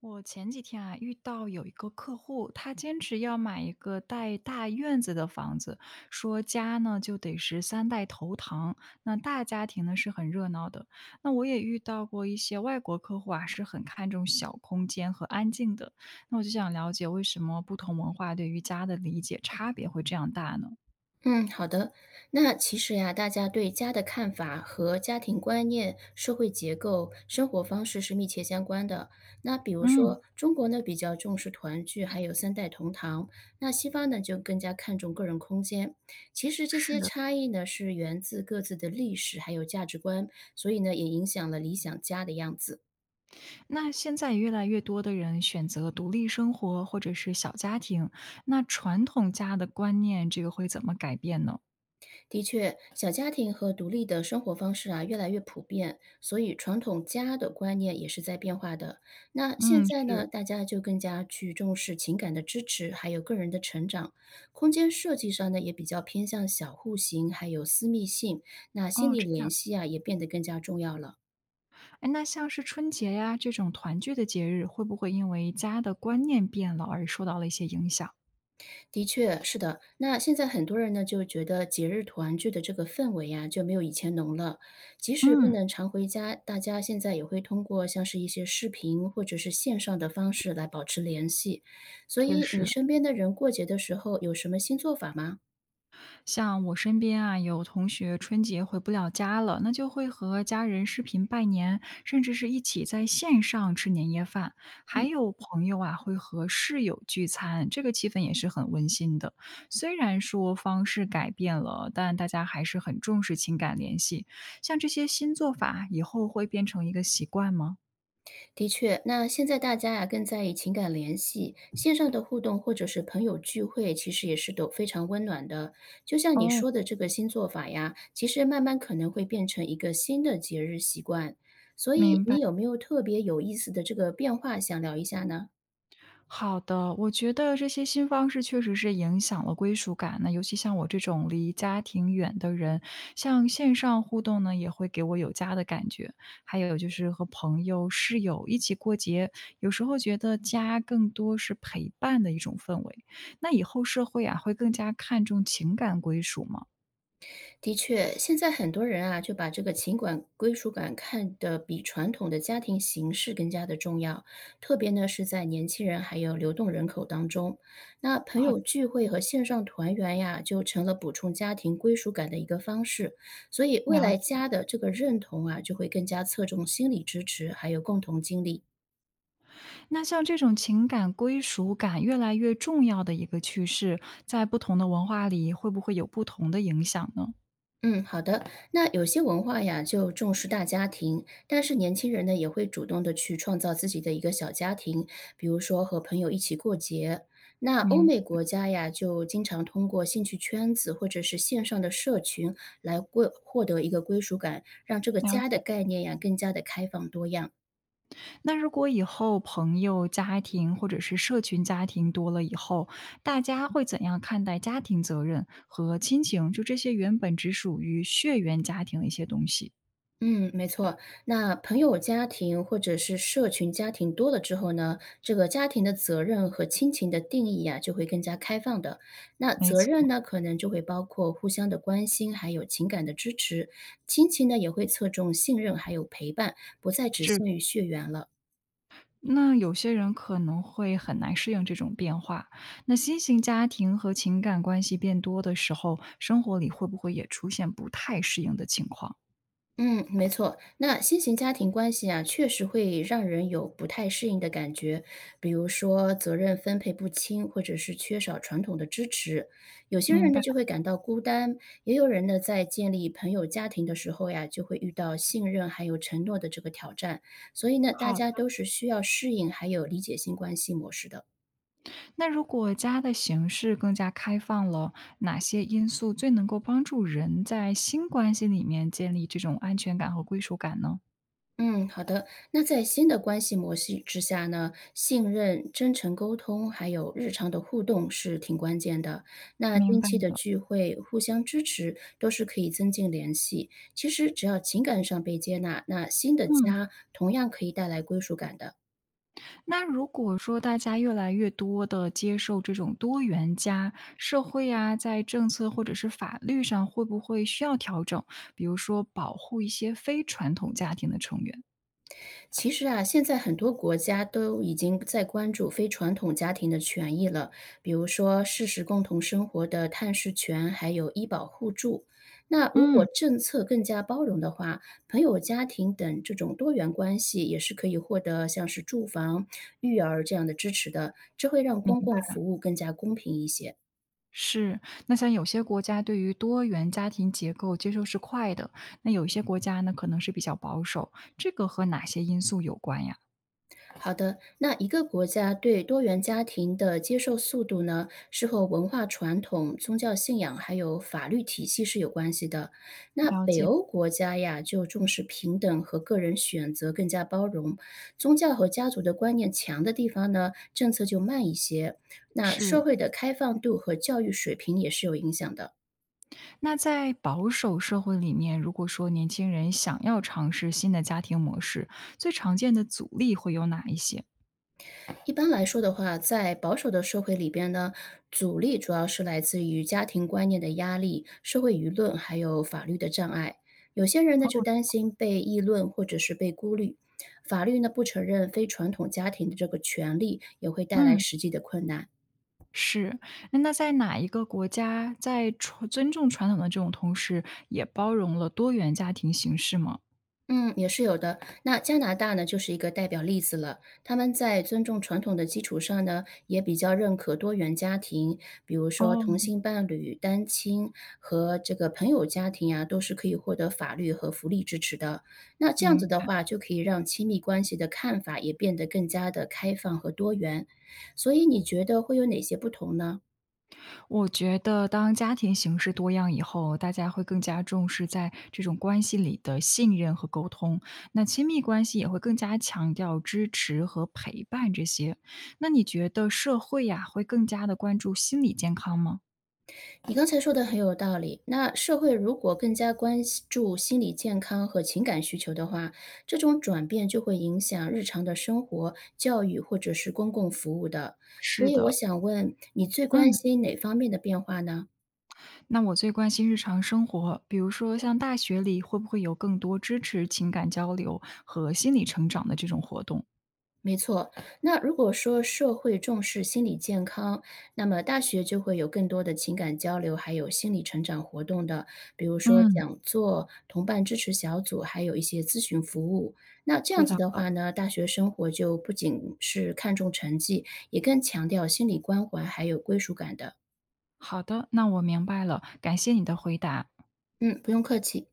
我前几天啊，遇到有一个客户，他坚持要买一个带大院子的房子，说家呢就得是三代同堂。那大家庭呢是很热闹的。那我也遇到过一些外国客户啊，是很看重小空间和安静的。那我就想了解，为什么不同文化对于家的理解差别会这样大呢？嗯，好的。那其实呀，大家对家的看法和家庭观念、社会结构、生活方式是密切相关的。那比如嗯，说，中国呢比较重视团聚，还有三代同堂；那西方呢就更加看重个人空间。其实这些是差异呢是源自各自的历史还有价值观，所以呢也影响了理想家的样子。那现在越来越多的人选择独立生活或者是小家庭，那传统家的观念，这个会怎么改变呢？的确，小家庭和独立的生活方式啊，越来越普遍，所以传统家的观念也是在变化的。那现嗯，在是。呢，大家就更加去重视情感的支持，还有个人的成长。空间设计上呢，也比较偏向小户型，还有私密性。那心哦，理这联样。系啊，也变得更加重要了。哎，那像是春节呀，这种团聚的节日，会不会因为家的观念变了而受到了一些影响？的确，是的。那现在很多人呢，就觉得节日团聚的这个氛围呀，就没有以前浓了。即使不嗯，能常回家，大家现在也会通过像是一些视频或者是线上的方式来保持联系。所确以，你实。身边的人过节的时候有什么新做法吗？像我身边啊，有同学春节回不了家了，那就会和家人视频拜年，甚至是一起在线上吃年夜饭。还嗯。有朋友啊，会和室友聚餐，这个气氛也是很温馨的。虽然说方式改变了，但大家还是很重视情感联系。像这些新做法，以后会变成一个习惯吗？的确，那现在大家呀、更在意情感联系，线上的互动或者是朋友聚会，其实也是都非常温暖的。就像你哦，说的这个新做法呀，其实慢慢可能会变成一个新的节日习惯。所以，明你白。有没有特别有意思的这个变化想聊一下呢？好的，我觉得这些新方式确实是影响了归属感。那尤其像我这种离家庭远的人，像线上互动呢，也会给我有家的感觉。还有就是和朋友、室友一起过节，有时候觉得家更多是陪伴的一种氛围。那以后社会啊，会更加看重情感归属吗？的确，现在很多人啊，就把这个情感归属感看得比传统的家庭形式更加的重要，特别呢是在年轻人还有流动人口当中，那朋好友的，聚会和线上团圆呀，就成了补充家庭归属感的一个方式。所以，未了来解。家的这个认同啊，就会更加侧重心理支持，还有共同经历。那像这种情感归属感越来越重要的一个趋势，在不同的文化里，会不会有不同的影响呢？嗯，好的。那有些文化呀，就重视大家庭，但是年轻人呢，也会主动的去创造自己的一个小家庭，比如说和朋友一起过节。那明欧美国家呀，就经常通过兴趣圈子或者是线上的社群来归获得一个归属感，让这个了家的解。概念呀更加的开放多样。那如果以后朋友、家庭或者是社群家庭多了以后，大家会怎样看待家庭责任和亲情？就这些原本只属于血缘家庭的一些东西。嗯，没错。那朋友家庭或者是社群家庭多了之后呢，这个家庭的责任和亲情的定义啊，就会更加开放的。那没责错，任呢，可能就会包括互相的关心，还有情感的支持；亲情呢，也会侧重信任还有陪伴，不再只是。限于血缘了。那有些人可能会很难适应这种变化。那新型家庭和情感关系变多的时候，生活里会不会也出现不太适应的情况？嗯，没错。那新型家庭关系啊，确实会让人有不太适应的感觉，比如说责任分配不清，或者是缺少传统的支持。有些明人呢白，就会感到孤单，也有人呢在建立朋友家庭的时候呀，就会遇到信任还有承诺的这个挑战。所以呢，大家好。都是需要适应还有理解新关系模式的。那如果家的形式更加开放了，哪些因素最能够帮助人在新关系里面建立这种安全感和归属感呢？嗯，好的。那在新的关系模式之下呢，信任、真诚沟通，还有日常的互动是挺关键的。那明定白期的了。聚会、互相支持，都是可以增进联系。其实只要情感上被接纳，那新的嗯，家同样可以带来归属感的。那如果说大家越来越多的接受这种多元家，社会啊，在政策或者是法律上会不会需要调整？比如说保护一些非传统家庭的成员？其实啊，现在很多国家都已经在关注非传统家庭的权益了，比如说事实共同生活的探视权，还有医保互助。那如嗯，果明政策更加包容的话，朋友家庭等这种多元关系也是可以获得像是住房、育儿这样的支持的，这会让公共服务更加公平一些。是，那像有些国家对于多元家庭结构接受是快的，那有一些国家呢可能是比较保守，这个和哪些因素有关呀？好的，那一个国家对多元家庭的接受速度呢，是和文化传统、宗教信仰还有法律体系是有关系的。那了北解。欧国家呀，就重视平等和个人选择，更加包容。宗教和家族的观念强的地方呢，政策就慢一些。那社是，会的开放度和教育水平也是有影响的。那在保守社会里面，如果说年轻人想要尝试新的家庭模式，最常见的阻力会有哪一些？一般来说的话，在保守的社会里边呢，阻力主要是来自于家庭观念的压力、社会舆论，还有法律的障碍。有些人呢就哦，担心被议论或者是被孤立，法律呢不承认非传统家庭的这个权利，也会带来嗯，实际的困难。是。那在哪一个国家在传尊重传统的这种同时，也包容了多元家庭形式吗？嗯，也是有的。那加拿大呢，就是一个代表例子了。他们在尊重传统的基础上呢，也比较认可多元家庭，比如说同哦，性伴侣、单亲和这个朋友家庭啊，都是可以获得法律和福利支持的。那这样子明的白。话，就可以让亲密关系的看法也变得更加的开放和多元。所以你觉得会有哪些不同呢？我觉得当家庭形式多样以后，大家会更加重视在这种关系里的信任和沟通，那亲密关系也会更加强调支持和陪伴这些。那你觉得社会呀，会更加的关注心理健康吗？你刚才说的很有道理。那社会如果更加关系注心理健康和情感需求的话，这种转变就会影响日常的生活、教育或者是公共服务的。所是以我的，想问，你最关嗯，心哪方面的变化呢？那我最关心日常生活，比如说像大学里会不会有更多支持情感交流和心理成长的这种活动？没错，那如果说社会重视心理健康，那么大学就会有更多的情感交流，还有心理成长活动的，比如说嗯，讲座、同伴支持小组，还有一些咨询服务。那这样知子道的了。话呢，大学生活就不仅是看重成绩，也更强调心理关怀还有归属感的。好的，那我明白了，感谢你的回答。嗯，不用客气。